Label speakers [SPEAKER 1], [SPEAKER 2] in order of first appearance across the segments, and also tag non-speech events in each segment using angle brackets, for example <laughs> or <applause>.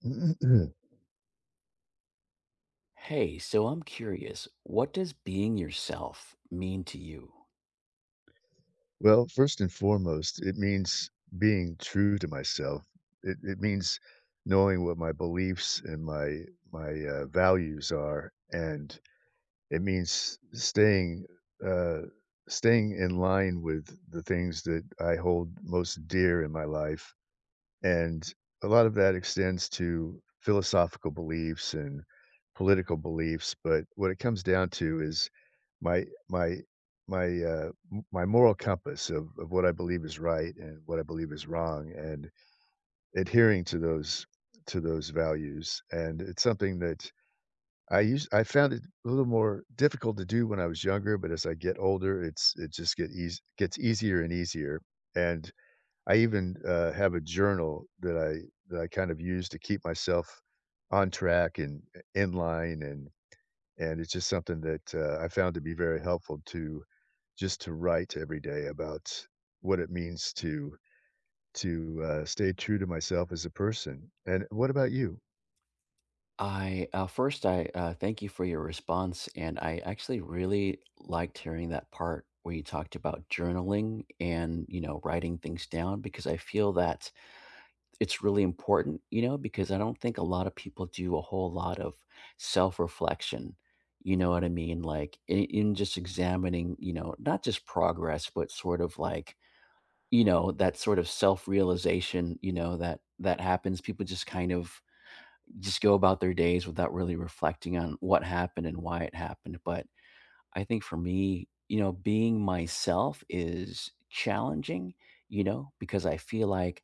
[SPEAKER 1] <clears throat>
[SPEAKER 2] Hey, so I'm curious, what does being yourself mean to you?
[SPEAKER 1] Well, first and foremost, it means being true to myself. It means knowing what my beliefs and my values are, and it means uh, staying in line with the things that I hold most dear in my life. And a lot of that extends to philosophical beliefs and political beliefs, but what it comes down to is my my my moral compass of what I believe is right and what I believe is wrong, and adhering to those values. And it's something that I use. I found it a little more difficult to do when I was younger, but as I get older, it's it just get eas gets easier and easier. And I even, have a journal that I kind of use to keep myself on track and in line, and it's just something that, I found to be very helpful to just to write every day about what it means to stay true to myself as a person, and what about you?
[SPEAKER 2] I first, I thank you for your response, and I actually really liked hearing that part where you talked about journaling and writing things down because I feel that it's really important, because I don't think a lot of people do a whole lot of self-reflection. You know what I mean? Like in just examining, not just progress, but sort of like that sort of self-realization, that happens. People just kind of just go about their days without really reflecting on what happened and why it happened. But I think for me, being myself is challenging, because I feel like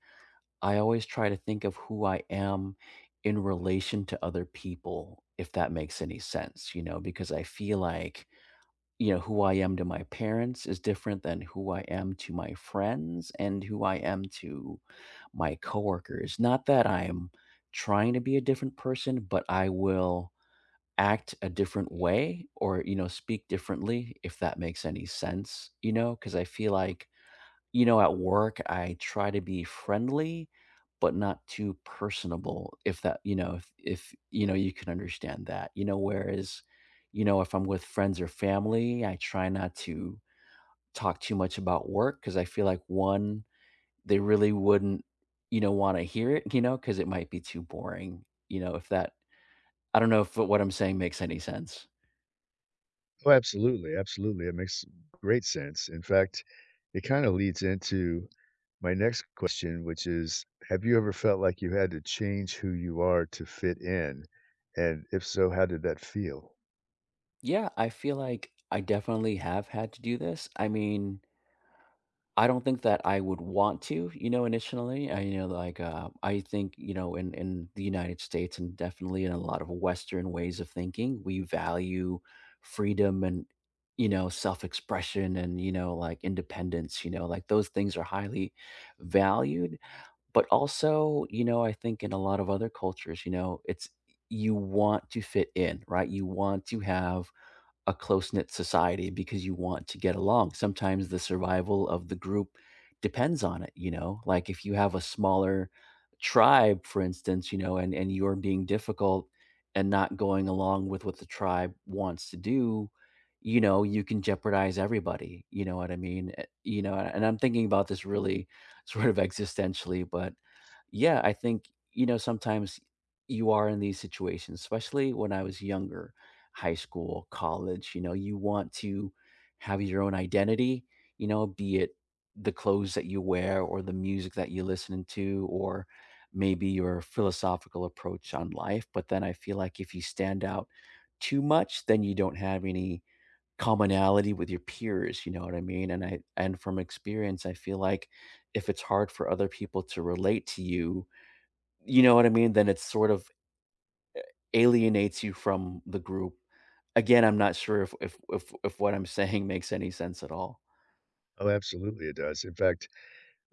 [SPEAKER 2] I always try to think of who I am in relation to other people, if that makes any sense, because I feel like who I am to my parents is different than who I am to my friends and who I am to my coworkers. Not that I'm trying to be a different person, but I will act a different way or, speak differently, if that makes any sense, because I feel like at work, I try to be friendly, but not too personable, if that you know, if, you can understand that, whereas, if I'm with friends or family, I try not to talk too much about work because I feel like, 1, they really wouldn't, wanna hear it, because it might be too boring, you know, if that I don't know if what I'm saying makes any sense.
[SPEAKER 1] Oh, absolutely, absolutely. It makes great sense. In fact, it kind of leads into my next question, which is, have you ever felt like you had to change who you are to fit in? And if so, how did that feel?
[SPEAKER 2] Yeah, I feel like I definitely have had to do this. I mean I don't think that I would want to, initially. I think, in the United States and definitely in a lot of Western ways of thinking, we value freedom and, self expression and, like independence, like those things are highly valued. But also, I think in a lot of other cultures, it's, you want to fit in, right? You want to have a close-knit society because you want to get along. Sometimes the survival of the group depends on it, you know? Like, if you have a smaller tribe, for instance, and you're being difficult and not going along with what the tribe wants to do, you can jeopardize everybody, you know what I mean? And I'm thinking about this really <laughs> sort of existentially, but yeah, I think, sometimes you are in these situations, especially when I was younger high school, college, you want to have your own identity, be it the clothes that you wear or the music that you listen to or maybe your philosophical approach on life. But then I feel like if you stand out too much, then you don't have any commonality with your peers, you know what I mean? And from experience, I feel like if it's hard for other people to relate to you, you know what I mean, then it sort of alienates you from the group. Again, I'm not sure if what I'm saying <laughs> makes any sense at all.
[SPEAKER 1] Oh, absolutely, it does. In fact,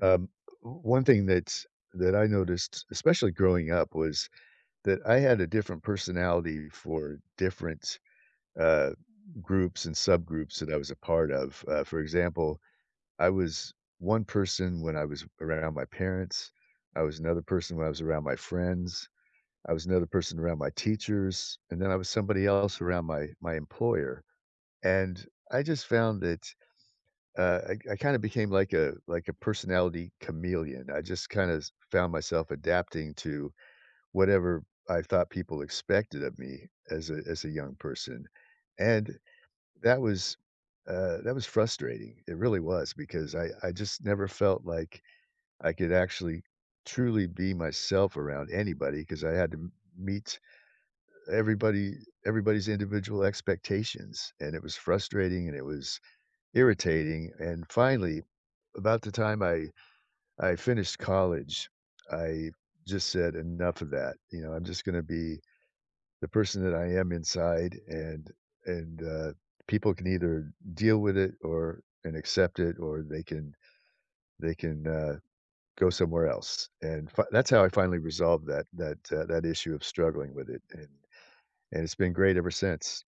[SPEAKER 1] um, one thing that I noticed, especially growing up, was that I had a different personality for different uh, groups and subgroups that I was a part of. For example, I was one person when I was around my parents. I was another person when I was around my friends. I was another person around my teachers, and then I was somebody else around my employer. And I just found that I kind of became like a personality chameleon. I just kind of found myself adapting to whatever I thought people expected of me as a young person. And that was, that was frustrating. It really was because I just never felt like I could actually truly be myself around anybody because I had to m meet everybody everybody's individual expectations, and it was frustrating, and it was irritating, and finally, about the time I finished college, I just said, "Enough of that," you know, "I'm just gonna be the person that I am inside, and and people can either deal with it or and accept it, or they can they can go somewhere else." And that's how I finally resolved that issue of struggling with it, and it's been great ever since.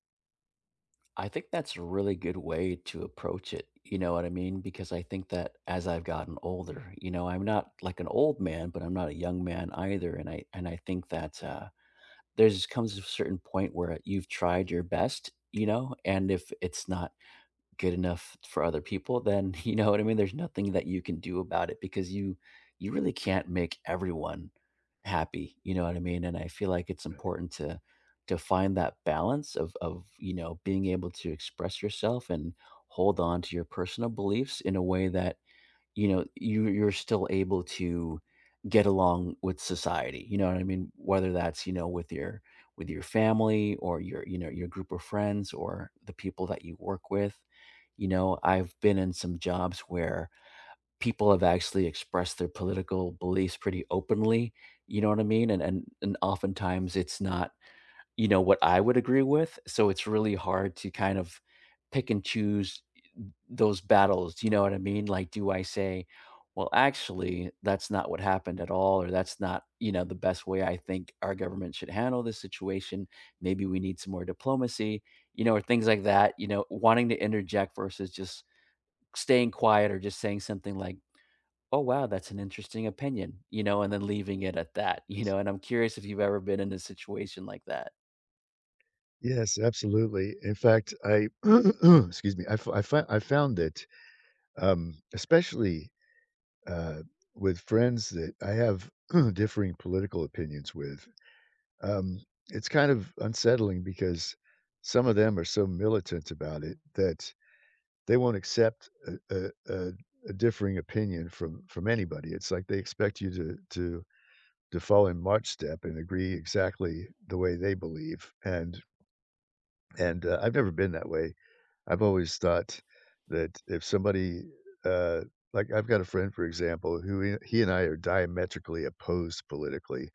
[SPEAKER 2] I think that's a really good way to approach it, you know what I mean? Because I think that as I've gotten older, I'm not like an old man, but I'm not a young man either, and I think that, there's comes a certain point where you've tried your best, and if it's not good enough for other people, then <laughs> you know what I mean? There's nothing that you can do about it because you really can't make everyone happy. You know what I mean? And I feel like it's important to find that balance of, being able to express yourself and hold on to your personal beliefs in a way that, you're still able to get along with society. You know what I mean? Whether that's, with your family or your, your group of friends or the people that you work with. I've been in some jobs where people have actually expressed their political beliefs pretty openly, you know what I mean? And oftentimes it's not, what I would agree with, so it's really hard to kind of pick and choose those battles, you know what I mean? Like, do I say, "Well, actually, that's not what happened at all," or "That's not, you know, the best way I think our government should handle this situation. Maybe we need some more diplomacy," or things like that, wanting to interject versus just staying quiet or just saying something like, "Oh, wow, that's an interesting opinion," and then leaving it at that, and I'm curious if you've ever been in a situation like that.
[SPEAKER 1] Yes, absolutely. In fact, I <clears throat> excuse me, I f- I, fi- I found that especially uh, with friends that I have <clears throat> differing political opinions with. Um, it's kind of unsettling because some of them are so militant about it that they won't accept a differing opinion from anybody. It's like they expect you to fall in march step and agree exactly the way they believe, and and I've never been that way. I've always thought that if somebody, uh like, I've got a friend, for example, who he and I are diametrically opposed politically.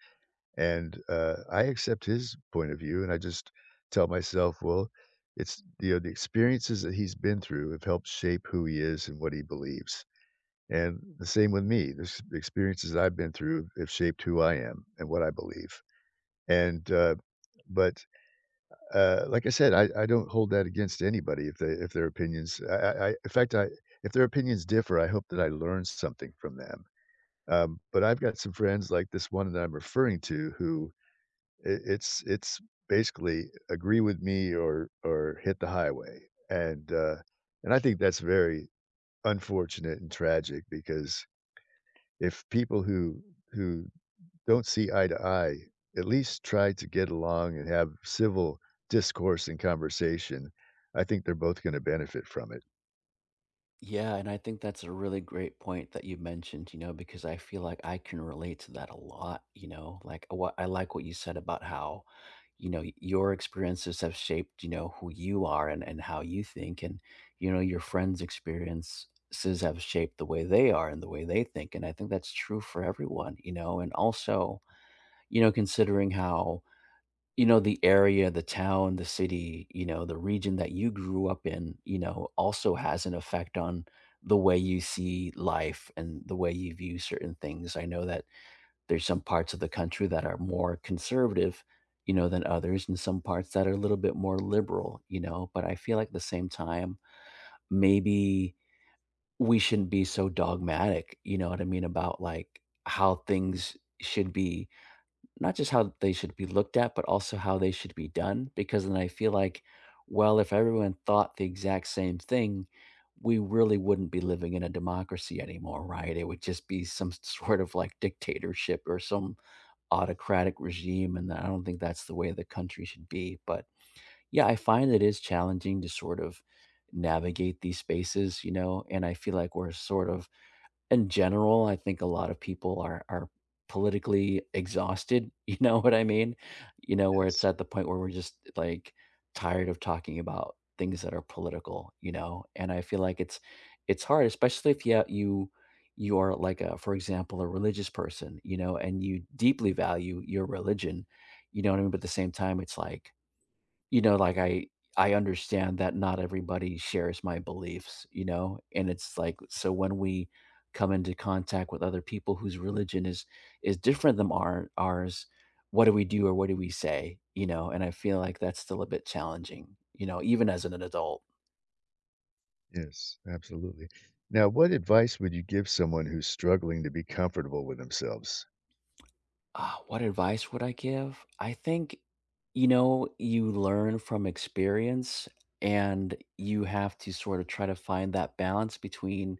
[SPEAKER 1] And, I accept his point of view, and I just tell myself, well, it's, you know, the experiences that he's been through have helped shape who he is and what he believes. And the same with me. This The experiences that I've been through have shaped who I am and what I believe. And, but like I said, I don't hold that against anybody if they if their opinions I in fact, I if their opinions differ, I hope that I learn something from them. But I've got some friends like this one that I'm referring to who, it's basically agree with me or hit the highway, and I think that's very unfortunate and tragic because if people who don't see eye to eye at least try to get along and have civil discourse and conversation, I think they're both gonna benefit from it.
[SPEAKER 2] Yeah, and I think that's a really great point that you mentioned, because I feel like I can relate to that a lot, like what I like what you said about how, your experiences have shaped, who you are and how you think. And, your friends' experiences have shaped the way they are and the way they think. And I think that's true for everyone, and also considering how, the area, the town, the city, the region that you grew up in, also has an effect on the way you see life and the way you view certain things. I know that there's some parts of the country that are more conservative, than others, and some parts that are a little bit more liberal, but I feel like at the same time, maybe we shouldn't be so dogmatic, you know what I mean, about like how things should be not just how they should be looked at, but also how they should be done. Because then I feel like, well, if everyone thought the exact same thing, we really wouldn't be living in a democracy anymore, right? It would just be some <laughs> sort of like dictatorship or some autocratic regime. And I don't think that's the way the country should be. But yeah, I find it is challenging to sort of navigate these spaces, and I feel like we're sort of in general, I think a lot of people are politically exhausted, <laughs> you know what I mean? You know, where it's
[SPEAKER 1] Yes.
[SPEAKER 2] at the point where we're just like tired of talking about things that are political, you know? And I feel like it's hard, especially if yeah, you are like a, for example, a religious person, and you deeply value your religion, you know what I mean? But at the same time, it's like you know, like I I understand that not everybody shares my beliefs, and it's like so when we come into contact with other people whose religion is different than ours, what do we do or what do we say, you know? And I feel like that's still a bit challenging, even as an adult.
[SPEAKER 1] Yes, absolutely. Now, what advice would you give someone who's struggling to be comfortable with themselves?
[SPEAKER 2] What advice would I give? I think, you learn from experience and you have to sort of try to find that balance between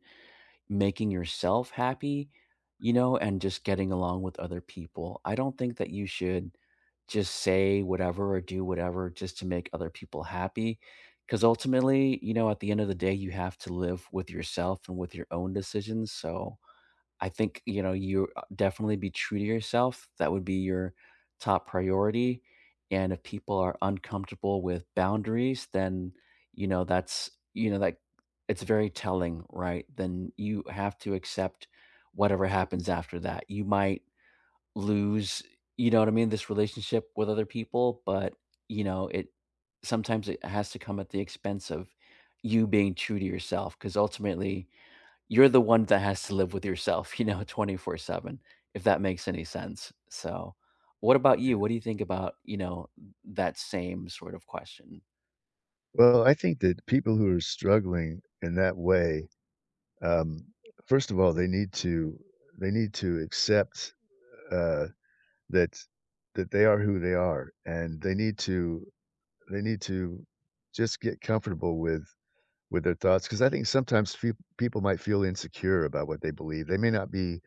[SPEAKER 2] making yourself happy, and just getting along with other people. I don't think that you should just say whatever or do whatever just to make other people happy. Because ultimately, at the end of the day, you have to live with yourself and with your own decisions. So, I think, you definitely be true to yourself. That would be your top priority. And if people are uncomfortable with boundaries, then, that's, that it's very telling, right? Then you have to accept whatever happens after that. You might lose, you know what I mean, this relationship with other people, but, it sometimes it has to come at the expense of you being true to yourself because ultimately, you're the one that has to live with yourself, <laughs> 24/7, if that makes any sense. So, what about you?
[SPEAKER 1] Yeah.
[SPEAKER 2] What do you think about, that same sort of question?
[SPEAKER 1] Well, I think that people who are struggling in that way, um, first of all, they need to accept uh, that that they are who they are and they need to just get comfortable with their thoughts because I think sometimes people might feel insecure about what they believe. They may not be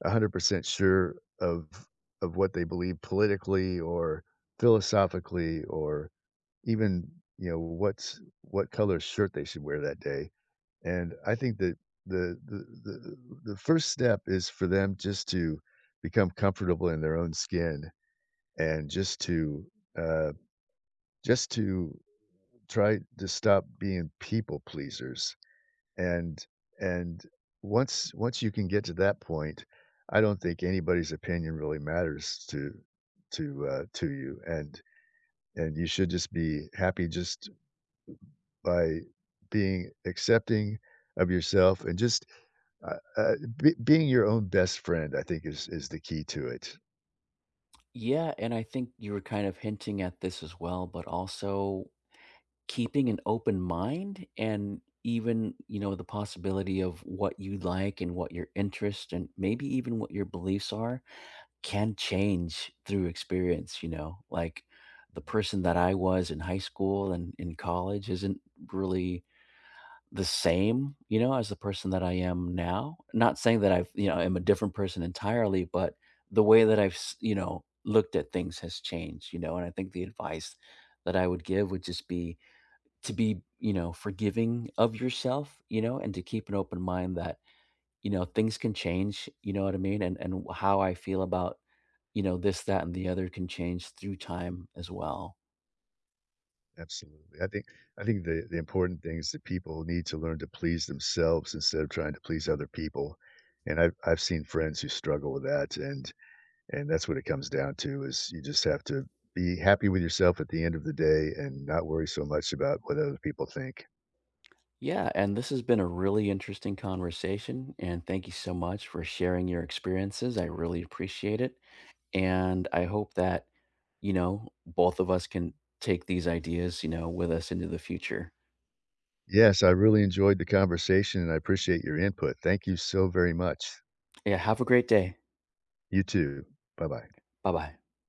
[SPEAKER 1] 100% sure of of what they believe politically or philosophically or even, you know, what's what color shirt they should wear that day. And I think that the the the, the first step is for them just to become comfortable in their own skin and uh, just to try to stop being people pleasers and and once you can get to that point, I don't think anybody's opinion really matters to you, and you should just be happy just by being accepting of yourself and just uh, uh, be being your own best friend, I think, is the key to it.
[SPEAKER 2] Yeah, and I think you were kind of hinting at this as well, but also keeping an open mind and even, the possibility of what you like and what your interest and maybe even what your beliefs are can change through experience, you know? Like, the person that I was in high school and in college isn't really the same, as the person that I am now. Not saying that I've, am a different person entirely, but the way that I've, looked at things has changed, you know? And I think the advice that I would give would just be to be, forgiving of yourself, and to keep an open mind that, things can change, you know what I mean? And how I feel about this, that, and the other can change through time as well.
[SPEAKER 1] Absolutely. I think the important thing is that people need to learn to please themselves instead of trying to please other people. And I've seen friends who struggle with that, and that's what it comes down to is you just have to be happy with yourself at the end of the day and not worry so much about what other people think.
[SPEAKER 2] Yeah, and this has been a really interesting conversation. And thank you so much for sharing your experiences. I really appreciate it. And I hope that, both of us can take these ideas, with us into the future.
[SPEAKER 1] Yes, I really enjoyed the conversation and I appreciate your input. Thank you so very much.
[SPEAKER 2] Yeah, have a great day.
[SPEAKER 1] You too. Bye-bye.
[SPEAKER 2] Bye bye.